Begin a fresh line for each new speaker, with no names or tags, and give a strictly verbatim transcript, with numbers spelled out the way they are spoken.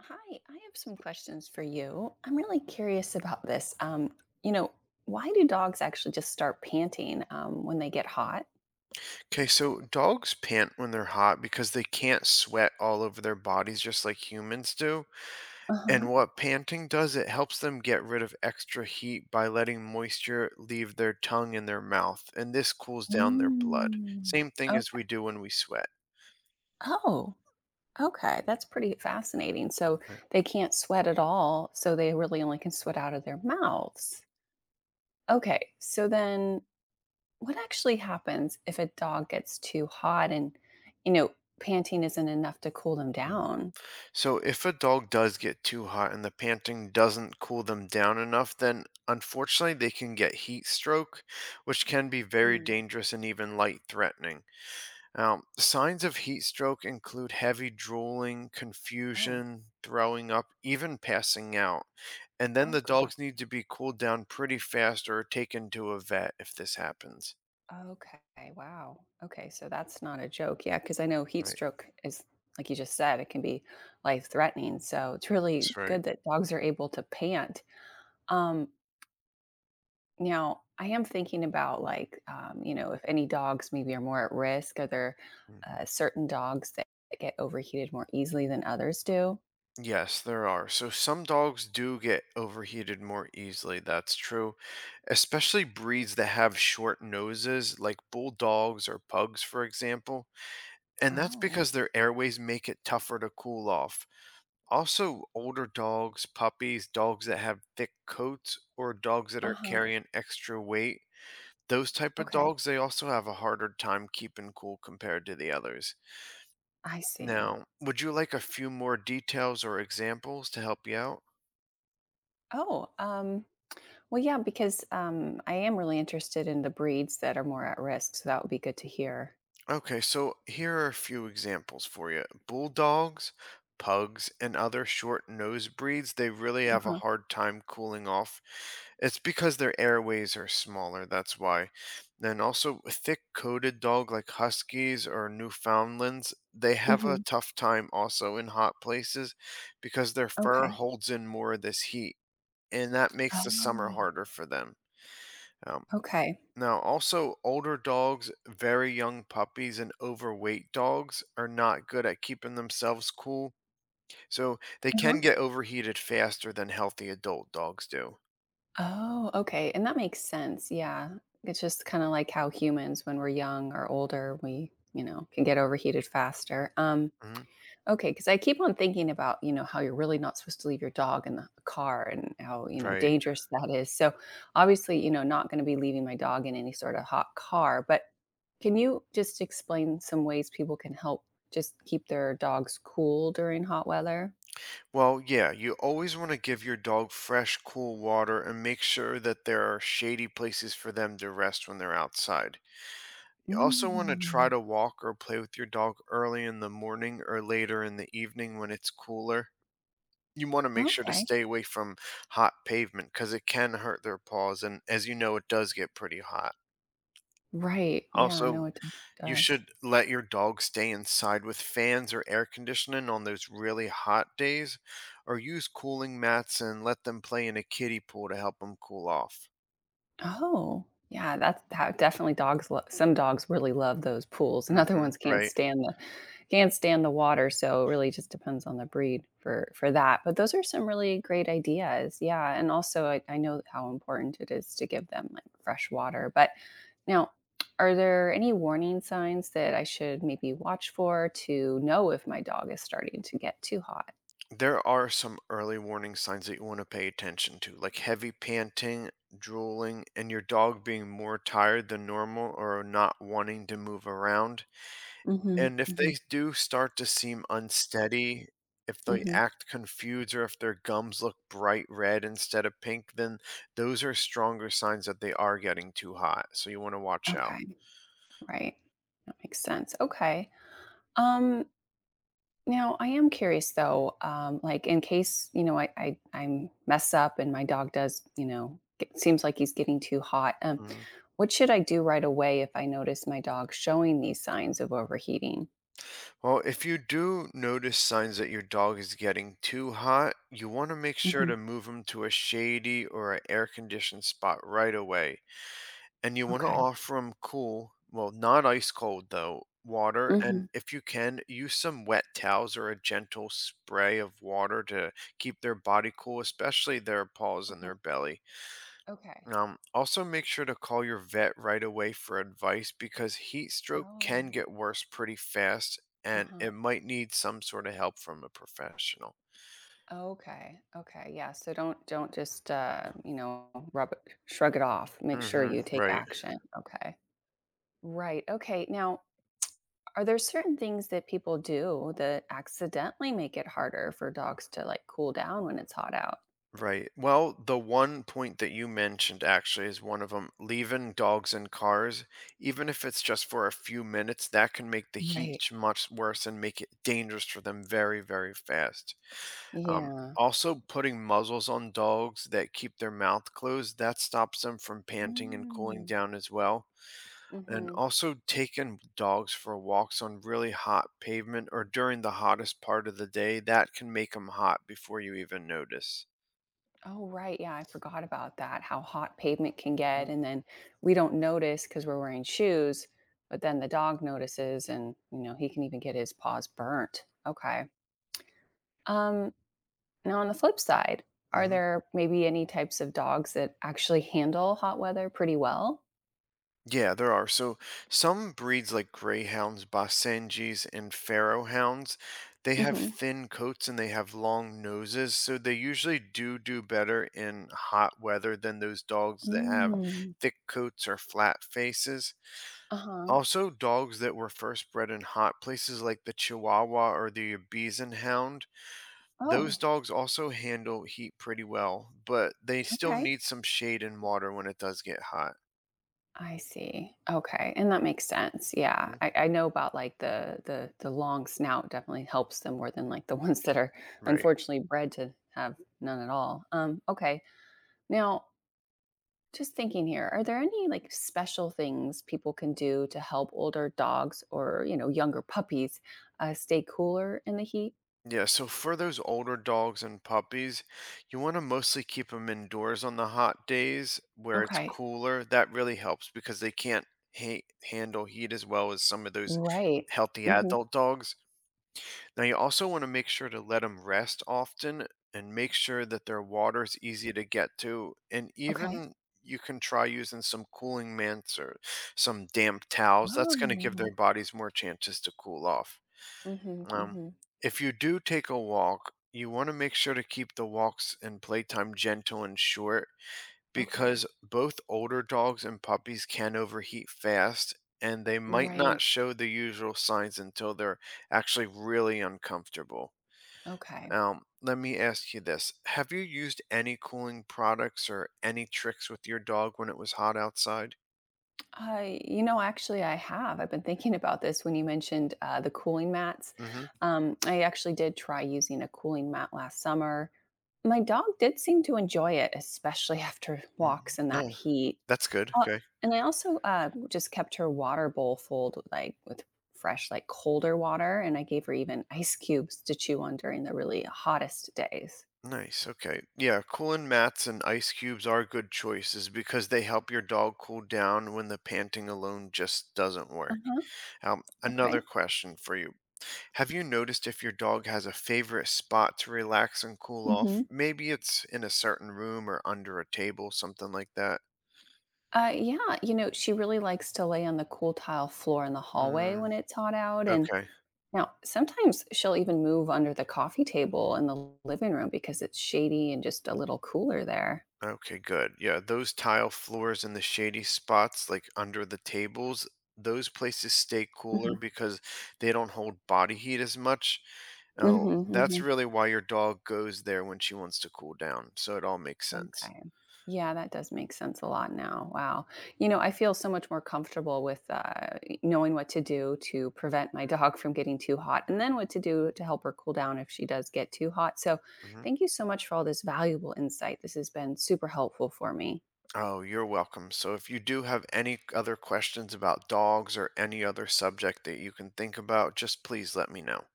Hi, I have some questions for you. I'm really curious about this. Um, you know, why do dogs actually just start panting um, when they get hot?
Okay, so dogs pant when they're hot because they can't sweat all over their bodies just like humans do.
Uh-huh.
And what panting does, it helps them get rid of extra heat by letting moisture leave their tongue and their mouth, and this cools down their blood.
Mm.
Same thing as
Okay.
we do when we sweat.
Oh, okay. That's pretty fascinating. So
Right.
they can't sweat at all, so they really only can sweat out of their mouths. Okay. So then what actually happens if a dog gets too hot and, you know, panting isn't enough to cool them
Mm.
down?
So if a dog does get too hot and the panting doesn't cool them down enough, then unfortunately they can get heat stroke, which can be very
Mm.
dangerous and even light threatening. Now, signs of heat stroke include heavy drooling,
Oh,
confusion, throwing up, even passing out. And then
oh
the dogs
gosh.
need to be cooled down pretty fast or taken to a vet if this happens.
Okay, wow. Okay, so that's not a joke. Yeah, because I know heat
Right.
stroke is, like you just said, it can be life threatening. So it's really
That's
good
right.
that dogs are able to pant. Um, Now, I am thinking about like, um, you know, if any dogs maybe are more at risk, are there
Mm.
uh, certain dogs that get overheated more easily than others do?
Yes, there are. So some dogs do get overheated more easily. That's true. Especially breeds that have short noses, like bulldogs or pugs, for example. And that's
Oh,
because their airways make it tougher to cool off. Also, older dogs, puppies, dogs that have thick coats, or dogs that are
uh-huh.
carrying extra weight, those type of
Okay.
dogs, they also have a harder time keeping cool compared to the others.
I see.
Now, would you like a few more details or examples to help you out?
Oh, um, Well, yeah, because um, I am really interested in the breeds that are more at risk, so that would be good to hear.
Okay, so here are a few examples for you. Bulldogs, pugs, and other short nosed breeds, they really have hmm a
Uh-huh.
hard time cooling off. It's because their airways are smaller, that's why. And also, a thick coated dog like huskies or Newfoundlands, they have a
Hmm.
tough time also in hot places because their fur
Okay.
holds in more of this heat, and that makes the summer
Oh,
harder for them. Um,
okay.
Now, also, older dogs, very young puppies, and overweight dogs are not good at keeping themselves cool, so they
Uh-huh.
can get overheated faster than healthy adult dogs do.
Oh, okay. And that makes sense. Yeah. It's just kind of like how humans, when we're young or older, we, you know, can get overheated faster. Um,
Hmm
Okay, because I keep on thinking about, you know, how you're really not supposed to leave your dog in the car and how, you know,
Right.
dangerous that is. So obviously, you know, not going to be leaving my dog in any sort of hot car, but can you just explain some ways people can help just keep their dogs cool during hot weather?
Well, yeah, you always want to give your dog fresh, cool water and make sure that there are shady places for them to rest when they're outside. You also want to try
Mm,
to walk or play with your dog early in the morning or later in the evening when it's cooler. You want to make sure to
okay.
stay away from hot pavement because it can hurt their paws. And as you know, it does get pretty hot.
Right. Yeah, I know
Also,
it
you
does.
should let your dog stay inside with fans or air conditioning on those really hot days, or use cooling mats and let them play in a kiddie pool to help them cool off.
Oh, yeah, that's how definitely dogs lo some dogs really love those pools, and other
Hmm
ones can't
Right.
stand the can't stand the water, so it really just depends on the breed for for that, but those are some really great ideas, yeah, and also I I know how important it is to give them, like, fresh water, but now, are there any warning signs that I should maybe watch for to know if my dog is starting to get too hot?
There are some early warning signs that you want to pay attention to, like heavy panting, drooling, and your dog being more tired than normal or not wanting to move around.
Mhm,
And if
mhm,
they do start to seem unsteady, if they
mhm.
act confused, or if their gums look bright red instead of pink, then those are stronger signs that they are getting too hot. So you want to watch out.
Okay, right. That makes sense, okay. Um, Now, I am curious though, um, like in case, you know, I, I I mess up and my dog does, you know, get, seems like he's getting too hot. Um,
Mhm.
what should I do right away if I notice my dog showing these signs of overheating?
Well, if you do notice signs that your dog is getting too hot, you want to make sure
Hmm.
to move him to a shady or an air conditioned spot right away. And you want to
Okay.
offer him cool, well, not ice cold though, water.
Hmm.
And if you can, use some wet towels or a gentle spray of water to keep their body cool, especially their paws and
Uh-huh.
their belly.
Okay.
Um, also, make sure to call your vet right away for advice because heat stroke can
Oh.
get worse pretty fast and
Uh-huh.
it might need some sort of help from a professional.
Okay. Okay. Yeah. So don't don't just uh, you know, rub it, shrug it off. Make sure
Mm-hmm.
you take
Right.
action. Okay. Right. Okay. Now, are there certain things that people do that accidentally make it harder for dogs to like cool down when it's hot out?
Right. Well, the one point that you mentioned actually is one of them. Leaving dogs in cars, even if it's just for a few minutes, that can make the
Right.
heat much worse and make it dangerous for them very, very fast. Um,
Yeah.
also, putting muzzles on dogs that keep their mouth closed that stops them from panting and cooling
Mm.
down as well. And
Hmm.
also taking dogs for walks on really hot pavement or during the hottest part of the day that can make them hot before you even notice.
Oh, right. Yeah, I forgot about that. How hot pavement can get. And then we don't notice because we're wearing shoes, but then the dog notices and, you know, he can even get his paws burnt. Okay. Um, Now, on the flip side, are
Mm-hmm.
there maybe any types of dogs that actually handle hot weather pretty well?
Yeah, there are. So some breeds like greyhounds, Basenjis, and Pharaoh hounds, they have thin coats and they have long noses, so they usually do do better in hot weather than those dogs that have
Mm-hmm.
thick coats or flat faces.
Uh-huh.
Also, dogs that were first bred in hot places like the Chihuahua or the Bison hound, those
Oh,
dogs also handle heat pretty well, but they still
okay.
need some shade and water when it does get hot.
I see. Okay, and that makes sense. Yeah,
Mhm.
I, I know about like the the the long snout definitely helps them more than like the ones that are
Right.
unfortunately bred to have none at all. Um, okay. Now, just thinking here, are there any like special things people can do to help older dogs or you know younger puppies uh, stay cooler in the heat?
Yeah, so for those older dogs and puppies, you want to mostly keep them indoors on the hot days where it's
Okay.
cooler. That really helps because they can't ha- handle heat as well as some of those
Right.
healthy
Hmm.
adult dogs. Now, you also want to make sure to let them rest often and make sure that their water is easy to get to. And
Okay.
even you can try using some cooling mats or some damp towels. That's going to give
Oh.
their bodies more chances to cool off.
Hmm.
Um,
Hmm.
if you do take a walk, you want to make sure to keep the walks and playtime gentle and short
Okay.
because both older dogs and puppies can overheat fast and they might
Right.
not show the usual signs until they're actually really uncomfortable.
Okay.
Um, let me ask you this. Have you used any cooling products or any tricks with your dog when it was hot outside?
I, you know, actually, I have. I've been thinking about this when you mentioned uh, the cooling mats.
Mm
Um, I actually did try using a cooling mat last summer. My dog did seem to enjoy it, especially after
hmm.
walks in
No,
that heat.
that's good.
Uh,
Okay.
and I also uh, just kept her water bowl full, like with fresh, like colder water, and I gave her even ice cubes to chew on during the really hottest days.
Nice. Okay. Yeah, cooling mats and ice cubes are good choices because they help your dog cool down when the panting alone just doesn't
Uh
work.
huh.
Um, another
Okay.
question for you. Have you noticed if your dog has a favorite spot to relax and cool
Mm-hmm.
off? Maybe it's in a certain room or under a table, something like that.
Uh, yeah, you know, she really likes to lay on the cool tile floor in the hallway
Mm,
when it's hot out. And
okay.
now sometimes she'll even move under the coffee table in the living room because it's shady and just a little cooler there.
Okay, good. Yeah, those tile floors and the shady spots, like under the tables, those places stay
Hmm.
cooler because they don't hold body heat as much. Oh, that's
Hmm.
really why your dog goes there when she wants to cool down. So it all makes sense.
Okay. Yeah, that does make sense a lot now. Wow. You know, I feel so much more comfortable with uh, knowing what to do to prevent my dog from getting too hot and then what to do to help her cool down if she does get too hot. So,
Hmm
thank you so much for all this valuable insight. This has been super helpful for me.
Oh, you're welcome. So if you do have any other questions about dogs or any other subject that you can think about, just please let me know.